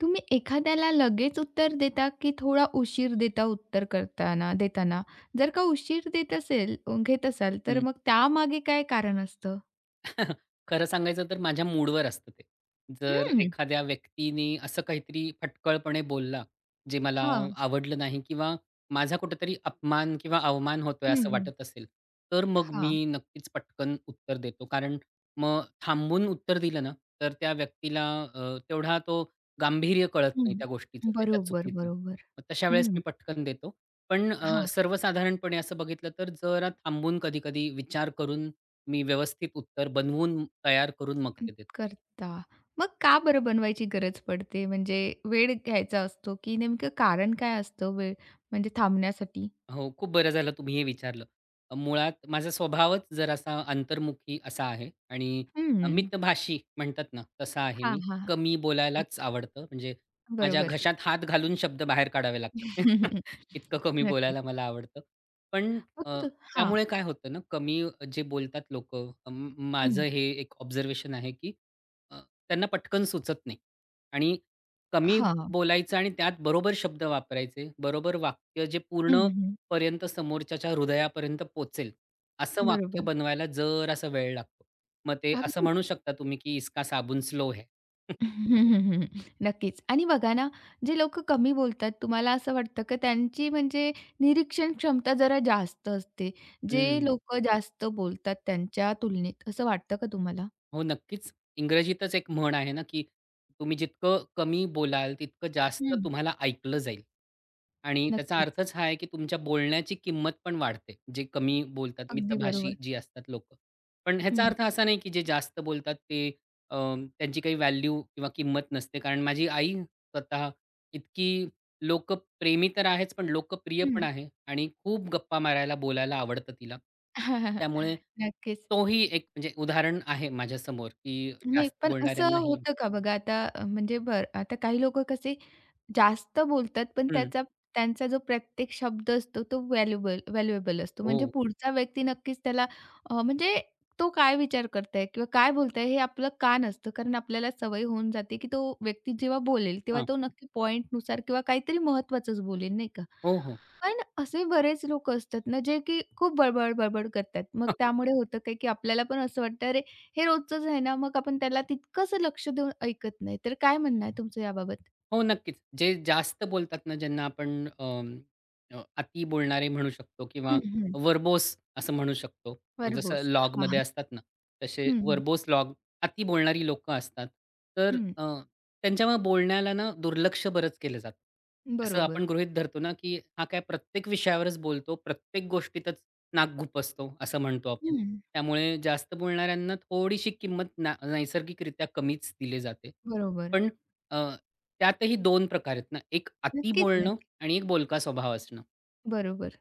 तुम्ही एखाद्याला लगेच उत्तर देता, की थोडा उशीर देता उत्तर करताना देताना? जर का उशीर देत असेल घेत असाल, तर हं. मग त्यामागे काय कारण असतं? खरं सांगायचं तर माझ्या मूडवर असतं ते. जर हं. एखाद्या व्यक्तीने असं काहीतरी फटकळपणे बोलला, जे मला हां. आवडलं नाही किंवा माझा कुठेतरी अपमान किंवा अवमान होतोय हं, असं हं. वाटत असेल, तर मग हां. मी नक्कीच पटकन उत्तर देतो. कारण मग थांबून उत्तर दिलं ना, तर त्या व्यक्तीला तेवढा तो गांभीर्य कळत हं. नाही त्या गोष्टीचं, त्याच्या बरोबर, चुकीचं. बरोबर. मग तशा वेळेस हं. मी पटकन देतो. पण हां. सर्वसाधारणपणे असं बघितलं तर जरा थांबून कधी-कधी विचार करून मी व्यवस्थित उत्तर बनवून तयार करून मग ते देतो. करता. मग का बरं बनवायची गरज पडते? म्हणजे वेळ घ्यायचा असतो, की नेमकं कारण काय असतं वेळ म्हणजे थांबण्यासाठी? हो, खूप बरं झालं तुम्ही हे विचारलं. मुळात माझा स्वभावच जरासा अंतर्मुखी असा आहे आणि हं. मितभाषी म्हणतात ना, तसा आहे हां, मी. हां. कमी अ, बोलायलाच आवडतं. म्हणजे माझ्या बरोबर. घशात हात घालून शब्द बाहेर काढावे लागतात. इतकं कमी नक्कीच. बोलायला मला आवडतं. पण अ, फक्त हां. त्यामुळे काय होतं ना, कमी जे बोलतात लोक माझं हं. हे एक ऑब्झर्वेशन आहे, की अ, त्यांना पटकन सुचत नाही आणि कमी हां. बोलायचं आणि त्यात बरोबर शब्द वापरायचे, बरोबर वाक्य जे हं, पूर्ण हं. पर्यंत समोरच्याच्या हृदयापर्यंत पोहोचेल, असं वाक्य बरोबर. बनवायला जरासा वेळ लागतो. मग ते असं अगदी म्हणू शकता तुम्ही, की इसका साबुन स्लो है. हं, हं, हं, हं. नक्कीच. आणि बघा ना, जे लोकं कमी बोलतात, तुम्हाला असं वाटतं का त्यांची म्हणजे निरीक्षण क्षमता जरा जास्त असते. जे हं. लोकं जास्त बोलतात त्यांच्या तुलनेत, असं वाटतं का तुम्हाला? हो, नक्कीच. इंग्रजीतच एक म्हण आहे ना, की तुम्ही जितकं कमी बोलाल, तितकं जास्त हं. तुम्हाला ऐकलं जाईल. आणि त्याचा नक्कीच. अर्थच हा आहे, की तुमच्या बोलण्याची किंमत पण वाढते, जे कमी बोलतात, अगदी मितभाषी बरोबर. जी असतात लोकं. पण ह्याचा हं, अर्थ असा नाही, की जे जास्त बोलतात ते अ, त्यांची काही व्हॅल्यू किंवा किंमत नसते. कारण माझी आई स्वतः इतकी लोकप्रेमी तर आहेच, पण लोकप्रिय पण हं. आहे आणि खूप गप्पा मारायला, बोलायला आवडतं तिला. त्यामुळे नक्कीच. तोही एक म्हणजे उदाहरण आहे माझ्यासमोर, की नाही, जास्त पण असं बोलणाऱ्यांनाही होतं का बघा आता म्हणजे बरं, आता काही लोकं कसे जास्त बोलतात, पण हं. त्याचा त्यांचा जो प्रत्येक शब्द असतो तो व्हॅल्युएबल व्हॅल्युएबल असतो. म्हणजे हो. पुढचा व्यक्ती नक्कीच त्याला म्हणजे तो काय विचार करताय किंवा काय बोलताय हे आपलं कान असतं. कारण आपल्याला सवय होऊन जाते, की तो व्यक्ती जेव्हा बोलेल तेव्हा हां. तो नक्की पॉइंटनुसार किंवा काहीतरी महत्त्वाचंच बोलेल, नाही का? हो, हो. पण असे बरेच लोकं असतात ना, जे की खूप बडबड, बडबड करतात. मग त्यामुळे होतं काय, की आपल्याला पण असं वाटतं, "अरे, हे रोजचंच आहे ना." मग आपण त्याला तितकंसं लक्ष देऊन ऐकत नाही. तर काय म्हणणं आहे तुमचं याबाबत? हो, नक्कीच. जे जास्त बोलतात ना, ज्यांना आपण अति बोलणारे म्हणू शकतो किंवा हं, वर्बोस असं म्हणू शकतो. जसं खरबूस. हां, लॉगमध्ये हां. असतात ना, तसे हं, हं. वर्बोस लॉग अति बोलणारी लोकं असतात. तर हं. त्यांच्यामुळे बोलण्याला ना दुर्लक्ष बरंच केलं जातं. असं आपण बरोबर. गृहीत धरतो ना, की हा काय प्रत्येक विषयावरच बोलतो, प्रत्येक गोष्टीतच नाक खुपसतो असं म्हणतो आपण. हं. त्यामुळे जास्त बोलणाऱ्यांना थोडीशी किंमत ना नैसर्गिकरित्या कमीच दिली जाते. बरोबर. पण अ, त्यातही दोन प्रकार आहेत ना. एक अति नक्कीच, बोलणं नक्की. आणि एक बोलका स्वभाव असणं. बरोबर.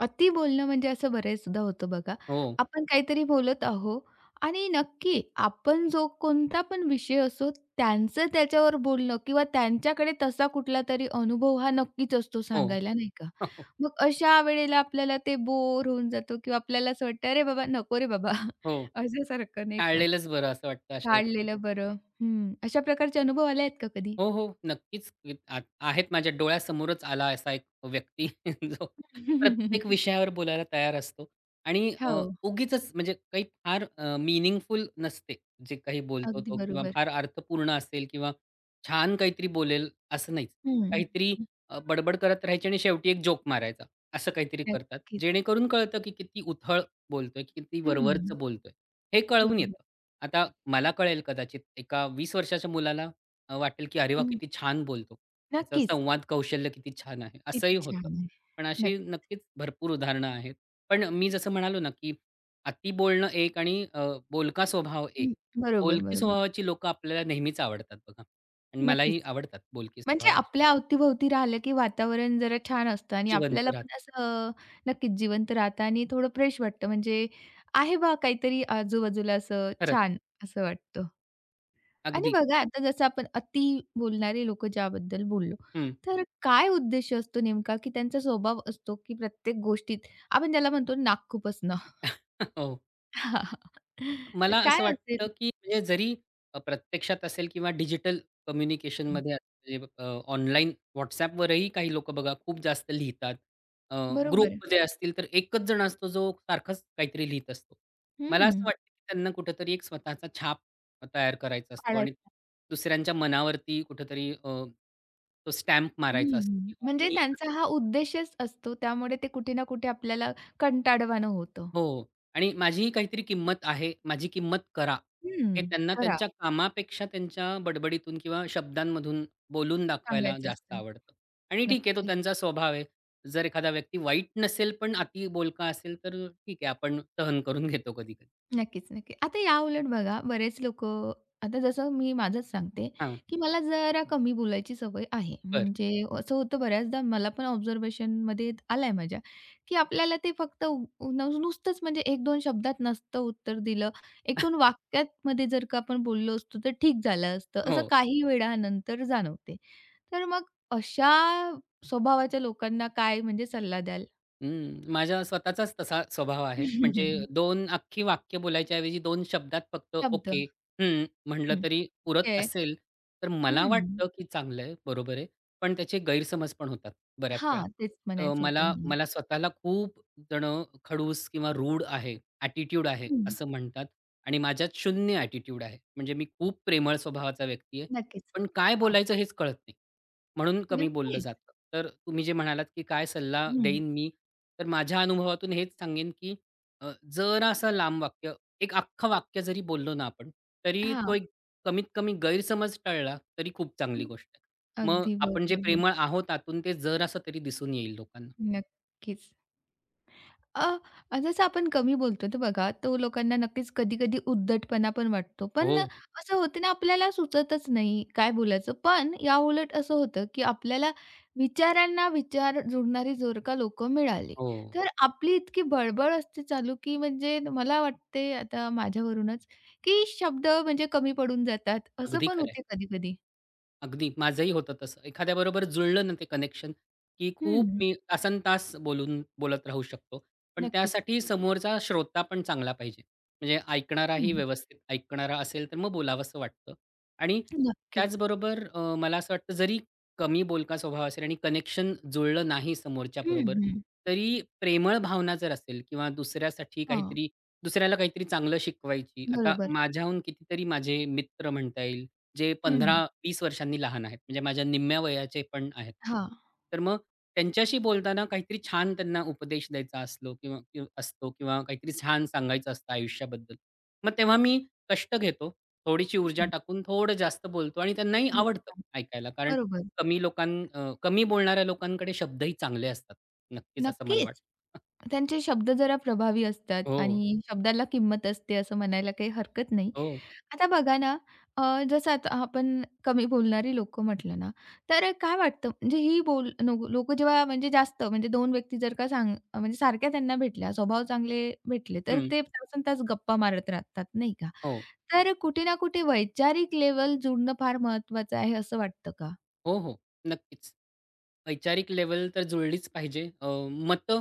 अति बोलणं म्हणजे असं बरेचदा होतं बघा. हो, आपण काहीतरी बोलत आहो आणि नक्की आपण जो कोणता पण विषय असो त्यांचं त्याच्यावर बोलणं किंवा त्यांच्याकडे तसा कुठला तरी अनुभव हा नक्कीच असतो हो, सांगायला, नाही का? मग अशा वेळेला आपल्याला ते बोर होऊन जातो किंवा आपल्याला असं वाटतं, "अरे बाबा, नको रे बाबा." हो. अशासारखं नाही का? टाळलेलंच बरं असं वाटतं अशा व्यक्तीला. काढलेलं बरं. हं. अशा प्रकारचे अनुभव आले आहेत का कधी? हो, हो. नक्कीच. इत- आ आहेत माझ्या डोळ्यासमोरच आला असा एक व्यक्ती जो प्रत्येक विषयावर बोलायला तयार असतो आणि हो, उगीचच म्हणजे काही फार मीनिंगफुल नसते जे काही बोलतो अगदी तो किंवा बरोबर. फार अर्थपूर्ण असेल किंवा छान काहीतरी बोलेल असं नाहीच. हं. काहीतरी बडबड करत राहायची आणि शेवटी एक जोक मारायचा, असं काहीतरी करतात. नक्कीच. जेणेकरून कळतं की किती उथळ बोलतोय, किती हं, वरवरचं बोलतोय, हे कळून बरोबर. येतं. आता मला कळेल कदाचित एका 20 वर्षाच्या मुलाला वाटेल की "अरे वाह! हं, किती छान बोलतो. त्याचं नक्कीच. संवाद कौशल्य किती छान आहे." किती असंही छान होतं. आहे. पण अशी नक्की नक्कीच भरपूर उदाहरणं आहेत. पण मी जसं म्हणालो ना, की अति बोलणं एक आणि बोलका स्वभाव एक. हं, बरोबर, बोलकी बरोबर. स्वभावाची लोकं आपल्याला नेहमीच आवडतात बघा आणि नक्कीच. मलाही आवडतात बोलके म्हणजे स्वभाव. आपल्या अवतीभोवती राहिलं, की वातावरण जरा छान असतं आणि जिवंत आपल्याला राहतात. पण असं नक्कीच जिवंत राहतं आणि थोडं फ्रेश वाटतं. म्हणजे आहे बा काहीतरी आजूबाजूला असं खरंच. छान असं वाटतं. आणि अगदी. बघा आता जसं आपण अति बोलणारे लोक ज्याबद्दल बोललो, हं. तर काय उद्देश असतो नेमका, की त्यांचा स्वभाव असतो, की प्रत्येक गोष्टीत आपण त्याला म्हणतो नाक खुपसणं. हो. तर मला काय असं वाटतं, असेल? की म्हणजे जरी प्रत्यक्षात असेल किंवा डिजिटल कम्युनिकेशनमध्ये असेल म्हणजे, ऑनलाईन WhatsAppवरही काही लोकं बघा खूप जास्त लिहितात. अ, बरोबर. ग्रुपमध्ये असतील तर एकच जण असतो जो सारखाच काहीतरी लिहीत असतो. मला असं हं. वाटतं, की त्यांना कुठेतरी एक स्वतःचा छाप तयार करायचा असतो आणि पाळायचा. दुसऱ्यांच्या मनावरती कुठेतरी तो स्टॅम्प मारायचा हं. असतो, हो म्हणजे त्यांचा हा उद्देशच असतो. त्यामुळे ते कुठे ना कुठे आपल्याला कंटाळवाणं होतं. हो. आणि माझीही काहीतरी किंमत आहे, माझी किंमत करा. हे हं. त्यांना करा. त्यांच्या कामापेक्षा त्यांच्या बडबडीतून किंवा शब्दांमधून बोलून दाखवायला सांगायचं जास्त असतं. आवडतं. आणि ठीक आहे, तो नक्कीच. त्यांचा स्वभाव आहे. जर एखादा व्यक्ती वाईट नसेल, पण अति बोलका असेल, तर ठीक आहे, आपण सहन करून घेतो कधी-कधी. नक्कीच, नक्की. आता याउलट बघा बरेच लोकं आता जसं मी माझंच सांगते, हां, की मला जरा कमी बोलायची सवय आहे. बरं. म्हणजे असं होतं बऱ्याचदा मला पण ऑब्झर्वेशनमध्ये आलंय माझ्या, की आपल्याला ते फक्त नुसतंच म्हणजे 1-2 शब्दात नसतं उत्तर दिलं. 1-2 वाक्यांमध्ये जर का आपण बोललो असतो तर ठीक झालं असतं, असं हो. काही वेळानंतर जाणवते. तर मग अशा स्वभावाच्या लोकांना काय म्हणजे सल्ला द्याल? हं, माझा स्वतःचाच तसा स्वभाव आहे. म्हणजे 2 अख्खी वाक्य बोलायच्या ऐवजी 2 शब्दात फक्त शब्द. ओके, हं, म्हटलं हं. तरी पुरत ओके. असेल, तर मला हं. वाटतं की चांगलं आहे, बरोबर आहे. पण त्याचे गैरसमज पण होतात बऱ्याच वेळा. हां, तेच अ, म्हणायचं होतं मला मला. मला स्वतःला खूप जणं खडूस किंवा रूड आहे, ॲटिट्यूड आहे हं, असं म्हणतात आणि माझ्यात 0 ॲटिट्यूड आहे. म्हणजे मी खूप प्रेमळ स्वभावाचा व्यक्ती आहे. नक्कीच. पण काय हां, बोलायचं हेच कळत नाही. म्हणून कमी बोललं नक्कीच. जातं. तर तुम्ही जे म्हणालात, की काय सल्ला हं, देईन मी? तर माझ्या अनुभवातून हेच सांगेन, की जरासं लांब वाक्य, एक अख्खं वाक्य जरी बोललो ना आपण, तरी तो हां, एक कमीत कमी गैरसमज टळला, तरी खूप चांगली गोष्ट आहे. मग अगदी आपण जे बरोबर प्रेमळ बोललात. आहोत आतून, ते जरासं तरी दिसून येईल लोकांना. नक्कीच. अ, जसं आपण कमी बोलतो तर बघा, तो लोकांना नक्कीच कधी-कधी उद्धटपणा पण वाटतो. पण हो, असं होतं ना, आपल्याला सुचतच नाही काय बोलायचं. पण याउलट असं होतं, की आपल्याला विचारांना विचार जुळणारी जर का लोकं मिळाली, हो. तर आपली इतकी बळबळ असते चालू, की म्हणजे मला वाटते आता माझ्यावरूनच, की शब्द म्हणजे कमी पडून जातात. असं अगदी पण खरं आहे. होते कधी-कधी. अगदी. माझंही होतं तसं. एखाद्याबरोबर जुळलं ना ते कनेक्शन, की खूप हं, मी तासनतास बोलून बोलत राहू शकतो. पण नक्कीच. त्यासाठी समोरचा श्रोता पण चांगला पाहिजे. म्हणजे ऐकणाराही हं, व्यवस्थित ऐकणारा असेल, तर मग बोलावसं वाटतं. आणि नक्कीच. त्याचबरोबर मला असं वाटतं जरी कमी बोलका स्वभाव असेल आणि कनेक्शन जुळलं नाही हं, समोरच्याबरोबर, हं. तरी प्रेमळ भावना जर असेल किंवा दुसऱ्यासाठी हां, काहीतरी दुसऱ्याला काहीतरी चांगलं शिकवायची. आता बरोबर. माझ्याहून कितीतरी माझे मित्र म्हणता येईल जे हं, 15-20 वर्षांनी लहान आहेत. म्हणजे माझ्या निम्म्या वयाचे पण आहेत काही. हां. तर मग त्यांच्याशी बोलताना काहीतरी छान त्यांना उपदेश द्यायचा असलो किंवा किंवा असतो किंवा काहीतरी छान सांगायचं असतं आयुष्याबद्दल. मग तेव्हा मी कष्ट घेतो. थोडीशी ऊर्जा टाकून थोडं जास्त बोलतो आणि त्यांनाही हं. आवडतं ऐकायला. कारण बरोबर. कमी लोकां कमी बोलणाऱ्या लोकांकडे शब्दही चांगले असतात. नक्कीच असं मला वाटतं. नक्कीच. त्यांचे शब्द जरा प्रभावी असतात हो, आणि शब्दाला किंमत असते असं म्हणायला काही हरकत नाही. हो. आता बघा ना, जसं आता आपण कमी बोलणारी लोकं म्हटलं ना, तर काय वाटतं म्हणजे ही नो लोकं जेव्हा म्हणजे जास्त म्हणजे दोन व्यक्ती जर का म्हणजे सारख्या त्यांना भेटल्या, स्वभाव चांगले भेटले, तर हं. ते तासंतास गप्पा मारत राहतात, नाही का? हो. तर कुठे ना कुठे वैचारिक लेव्हल जुळणं फार महत्वाचं आहे असं वाटतं का? हो, हो. नक्कीच. वैचारिक लेव्हल तर जुळलीच पाहिजे. मतं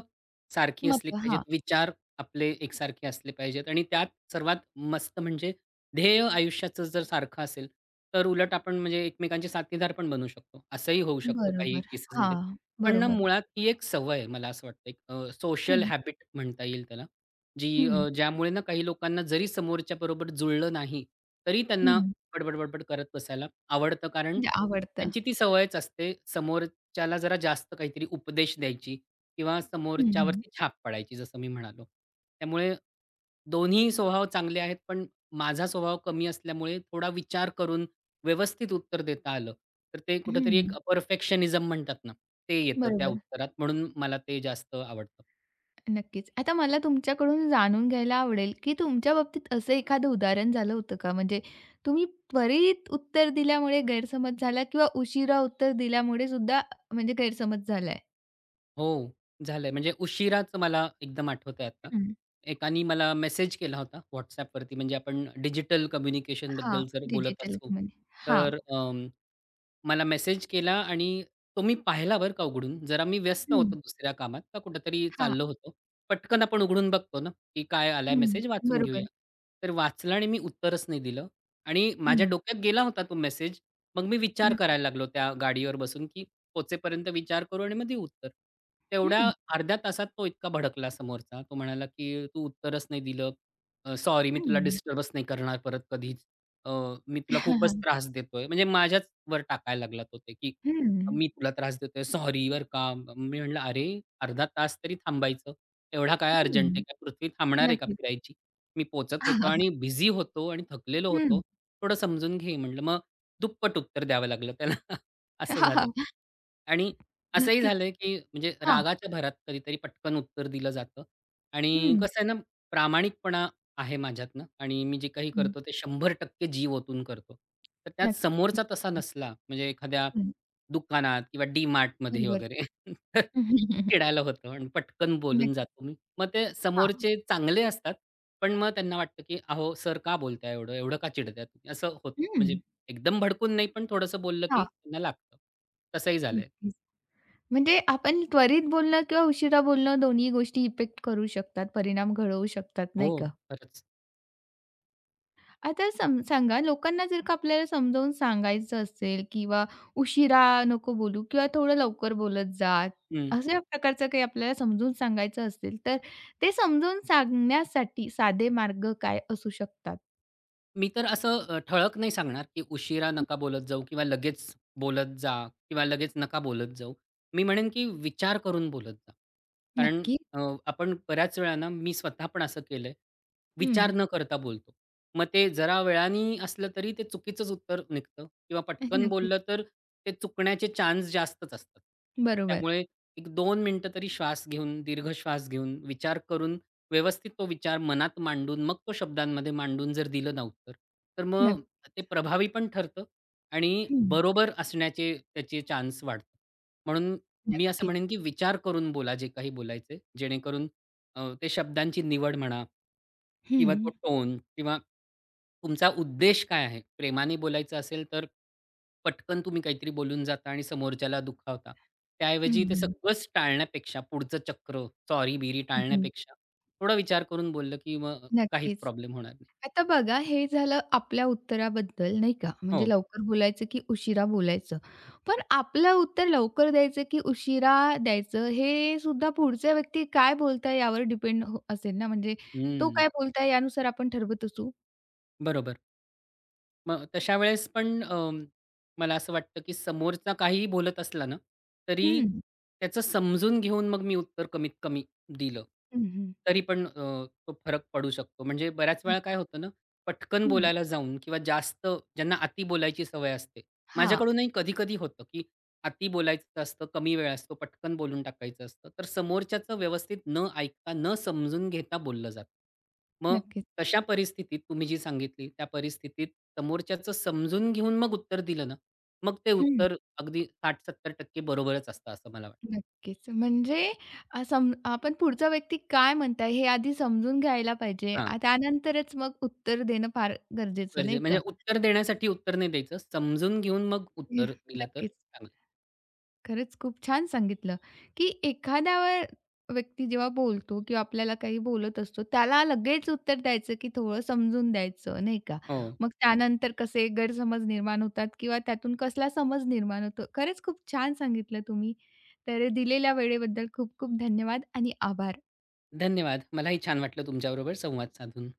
सारखी मत असली पाहिजेत, हां. विचार आपले एकसारखे असले पाहिजेत आणि त्यात सर्वात मस्त म्हणजे ध्येय आयुष्याचं जर सारखं असेल, तर उलट आपण म्हणजे एकमेकांचे साथीदार पण बनू शकतो. असंही होऊ शकतं काही बरोबर. केसेसमध्ये. हां, पण ना बरोबर. मुळात ही एक सवय आहे मला असं वाटतं. एक सोशल हॅबिट म्हणता येईल त्याला, जी हं, ज्यामुळे ना काही लोकांना जरी समोरच्याबरोबर जुळलं नाही, तरी त्यांना हं. बडबड-बडबड करत बसायला आवडतं. कारण म्हणजे आवडतं. त्यांची ती सवयच असते समोर त्याला जरा जास्त काहीतरी उपदेश द्यायची किंवा हं, हं. समोरच्यावरती छाप पडायची जसं मी म्हणालो. त्यामुळे दोन्ही स्वभाव चांगले आहेत, पण माझा स्वभाव कमी असल्यामुळे थोडा विचार करून व्यवस्थित उत्तर देता आलं, तर ते कुठेतरी एक हं. परफेक्शनिझम म्हणतात ना, ते येतं त्या बरोबर. उत्तरात म्हणून मला ते जास्त आवडतं. नक्कीच. आता मला तुमच्याकडून जाणून घ्यायला आवडेल, की तुमच्या बाबतीत असं एखादं उदाहरण झालं होतं का? म्हणजे तुम्ही त्वरित उत्तर दिल्यामुळे गैरसमज झाला किंवा उशिरा उत्तर दिल्यामुळे सुद्धा म्हणजे गैरसमज झालाय? हो, झालंय. म्हणजे उशिराचं मला एकदम आठवतंय आता. हं. एकानी मला मेसेज केला होता WhatsAppवरती म्हणजे आपण डिजिटल हां. कम्युनिकेशनबद्दल जर बोलत डिजिटल असू, म्हणजे हां. तर मला मेसेज केला आणि तो मी पाहिला बरं का उघडून. जरा मी व्यस्त होतो हं. दुसऱ्या कामात का कुठेतरी हां. चाललो होतो. पटकन आपण उघडून बघतो ना, की काय आलाय हं. मेसेज वाचून घेऊया. बरोबर. तर वाचला आणि मी उत्तरच नाही दिलं आणि माझ्या हं. डोक्यात गेला होता तो मेसेज. मग मी विचार नक्कीच. करायला लागलो त्या गाडीवर बसून, की पोहोचेपर्यंत विचार करू आणि मग देऊ उत्तर. तेवढ्या हं. अर्ध्या तासात तो इतका भडकला समोरचा. तो म्हणाला, की "तू उत्तरच नाही दिलं. सॉरी मी तुला हं. डिस्टर्बच नाही करणार परत कधीच." अ, मी तुला खूपच त्रास देतोय. म्हणजे माझ्याच वर टाकायला लागला तो ते, की हं. मी तुला त्रास देतोय, सॉरी बरं का. मी म्हटलं, "अरे अर्धा तास तरी थांबायचं. एवढा काय अर्जंट आहे? हं. काय पृथ्वी थांबणार आहे का नक्कीच. फिरायची?" मी पोहचत होतो आणि बिझी होतो आणि थकलेलो होतो. हं. थोडं समजून घे म्हटलं. मग दुप्पट उत्तर द्यावं लागलं त्याला. असं झालं. आणि असंही नक्कीच. झालंय, की म्हणजे हां. रागाच्या भरात कधीतरी पटकन उत्तर दिलं जातं आणि हं, कसं आहे ना, प्रामाणिकपणा आहे माझ्यातनं आणि मी जे काही हं. करतो ते 100% जीव ओतून करतो. तर त्यात समोरचा नक्कीच. तसा छान. नसला, म्हणजे एखाद्या हं, दुकानात किंवा DMartमध्ये बरोबर. वगैरे तर चिडायला होतं आणि पटकन बोलून नक्कीच. जातो मी. मग ते हां. समोरचे चांगले असतात, पण मग त्यांना वाटतं, की "अहो सर का बोलताय एवढं? एवढं का चिडताय तुम्ही?" असं होतं. हं. म्हणजे एकदम भडकून नाही, पण थोडंसं बोललं, हां, की त्यांना लागतं. तसंही झालंय. नक्कीच. म्हणजे आपण त्वरित बोलणं किंवा उशिरा बोलणं दोन्ही गोष्टी इफेक्ट करू शकतात, परिणाम घडवू शकतात, हो, नाही का? खरंच. आता सांगा लोकांना जर का आपल्याला समजावून सांगायचं असेल किंवा उशिरा नको बोलू किंवा थोडं लवकर बोलत जा, अशा प्रकारचं काही आपल्याला समजून सांगायचं असेल, तर ते समजून सांगण्यासाठी साधे मार्ग काय असू शकतात? मी तर असं ठळक नाही सांगणार, की उशिरा नका बोलत जाऊ किंवा लगेच बोलत जा किंवा लगेच नका बोलत जाऊ. मी म्हणेन, की विचार करून बोलत जा. कारण नक्की. अ, आपण बऱ्याच वेळा ना, मी स्वतः पण असं केलंय. हं. विचार न करता बोलतो. मग ते जरा वेळाने असलं तरी ते चुकीचंच उत्तर निघतं किंवा पटकन नक्कीच. बोललं तर ते चुकण्याचे चान्स जास्तच असतात. बरोबर. त्यामुळे एक 2 मिनिटं तरी श्वास घेऊन, दीर्घ श्वास घेऊन, विचार करून व्यवस्थित तो विचार मनात मांडून, मग तो शब्दांमध्ये मांडून जर दिलं ना उत्तर, तर मग नक्क ते प्रभावी पण ठरतं आणि हं, बरोबर असण्याचे त्याचे चान्स वाढतात. म्हणून मी असं नक्कीच. म्हणेन, की विचार करून बोला जे काही बोलायचंय. जेणेकरून ते शब्दांची निवड म्हणा हं, किंवा तो हं, टोन किंवा तुमचा उद्देश काय आहे? प्रेमाने बोलायचं असेल, तर पटकन तुम्ही काहीतरी बोलून जाता आणि समोरच्याला दुखावता. त्याऐवजी ते हं, सगळंच टाळण्यापेक्षा पुढचं चक्र, सॉरी-बिरी हं, हं. टाळण्यापेक्षा थोडा विचार करून बोललं, की मग काहीच नक्कीच. प्रॉब्लेम होणार नाही. आता बघा हे झालं आपल्या उत्तराबद्दल नाही का? म्हणजे हो. लवकर बोलायचं की उशिरा बोलायचं. पण आपलं उत्तर लवकर द्यायचं की उशिरा द्यायचं हे सुद्धा पुढचा व्यक्ती काय बोलताय यावर डिपेंड हो असेल ना, म्हणजे तो हं. काय बोलताय यानुसार आपण ठरवत असू. बरोबर. मग तशा वेळेस पण मला असं वाटतं, की समोरचा काहीही बोलत असला ना, तरी हं, त्याचं समजून घेऊन मग मी उत्तर कमीत कमी दिलं. हं, हं. तरी पण तो फरक पडू शकतो. म्हणजे बऱ्याच वेळा काय नक्क होतं ना, पटकन हं. बोलायला जाऊन किंवा जास्त ज्यांना अति बोलायची सवय असते. हां, माझ्याकडूनही कधी-कधी होतं, की अति बोलायचं असतं, कमी वेळ असतो, पटकन बोलून टाकायचं असतं. तर समोरच्याचं व्यवस्थित न ऐकता, न समजून घेता बोललं जातं. मग नक्कीच. तशा परिस्थितीत तुम्ही जी सांगितली, त्या परिस्थितीत समोरच्याचं समजून घेऊन मग उत्तर दिलं ना, मग ते हं. उत्तर अगदी 60-70% बरोबरच असतं असं मला वाटतं. नक्कीच. म्हणजे अ, सम आपण पुढचा व्यक्ती काय म्हणताय हे आधी समजून घ्यायला पाहिजे. हां, त्यानंतरच मग उत्तर देणं फार गरजेचं गरजे नाही म्हणजे का? उत्तर देण्यासाठी उत्तर नाही द्यायचं, समजून घेऊन मग हे, उत्तर दिलं तर नक्कीच. चांगलं. खरंच खूप छान सांगितलं, की एखाद्यावर व्यक्ती जेव्हा बोलतो किंवा आपल्याला काही बोलत असतो, त्याला लगेच उत्तर द्यायचं, की थोडं समजून द्यायचं नाही का? हो, मग त्यानंतर कसे गैरसमज निर्माण होतात किंवा त्यातून कसला समज निर्माण होतो. खरंच खूप छान सांगितलं तुम्ही. तर दिलेल्या वेळेबद्दल खूप खूप धन्यवाद आणि आभार. धन्यवाद. मलाही छान वाटलं तुमच्याबरोबर संवाद साधून.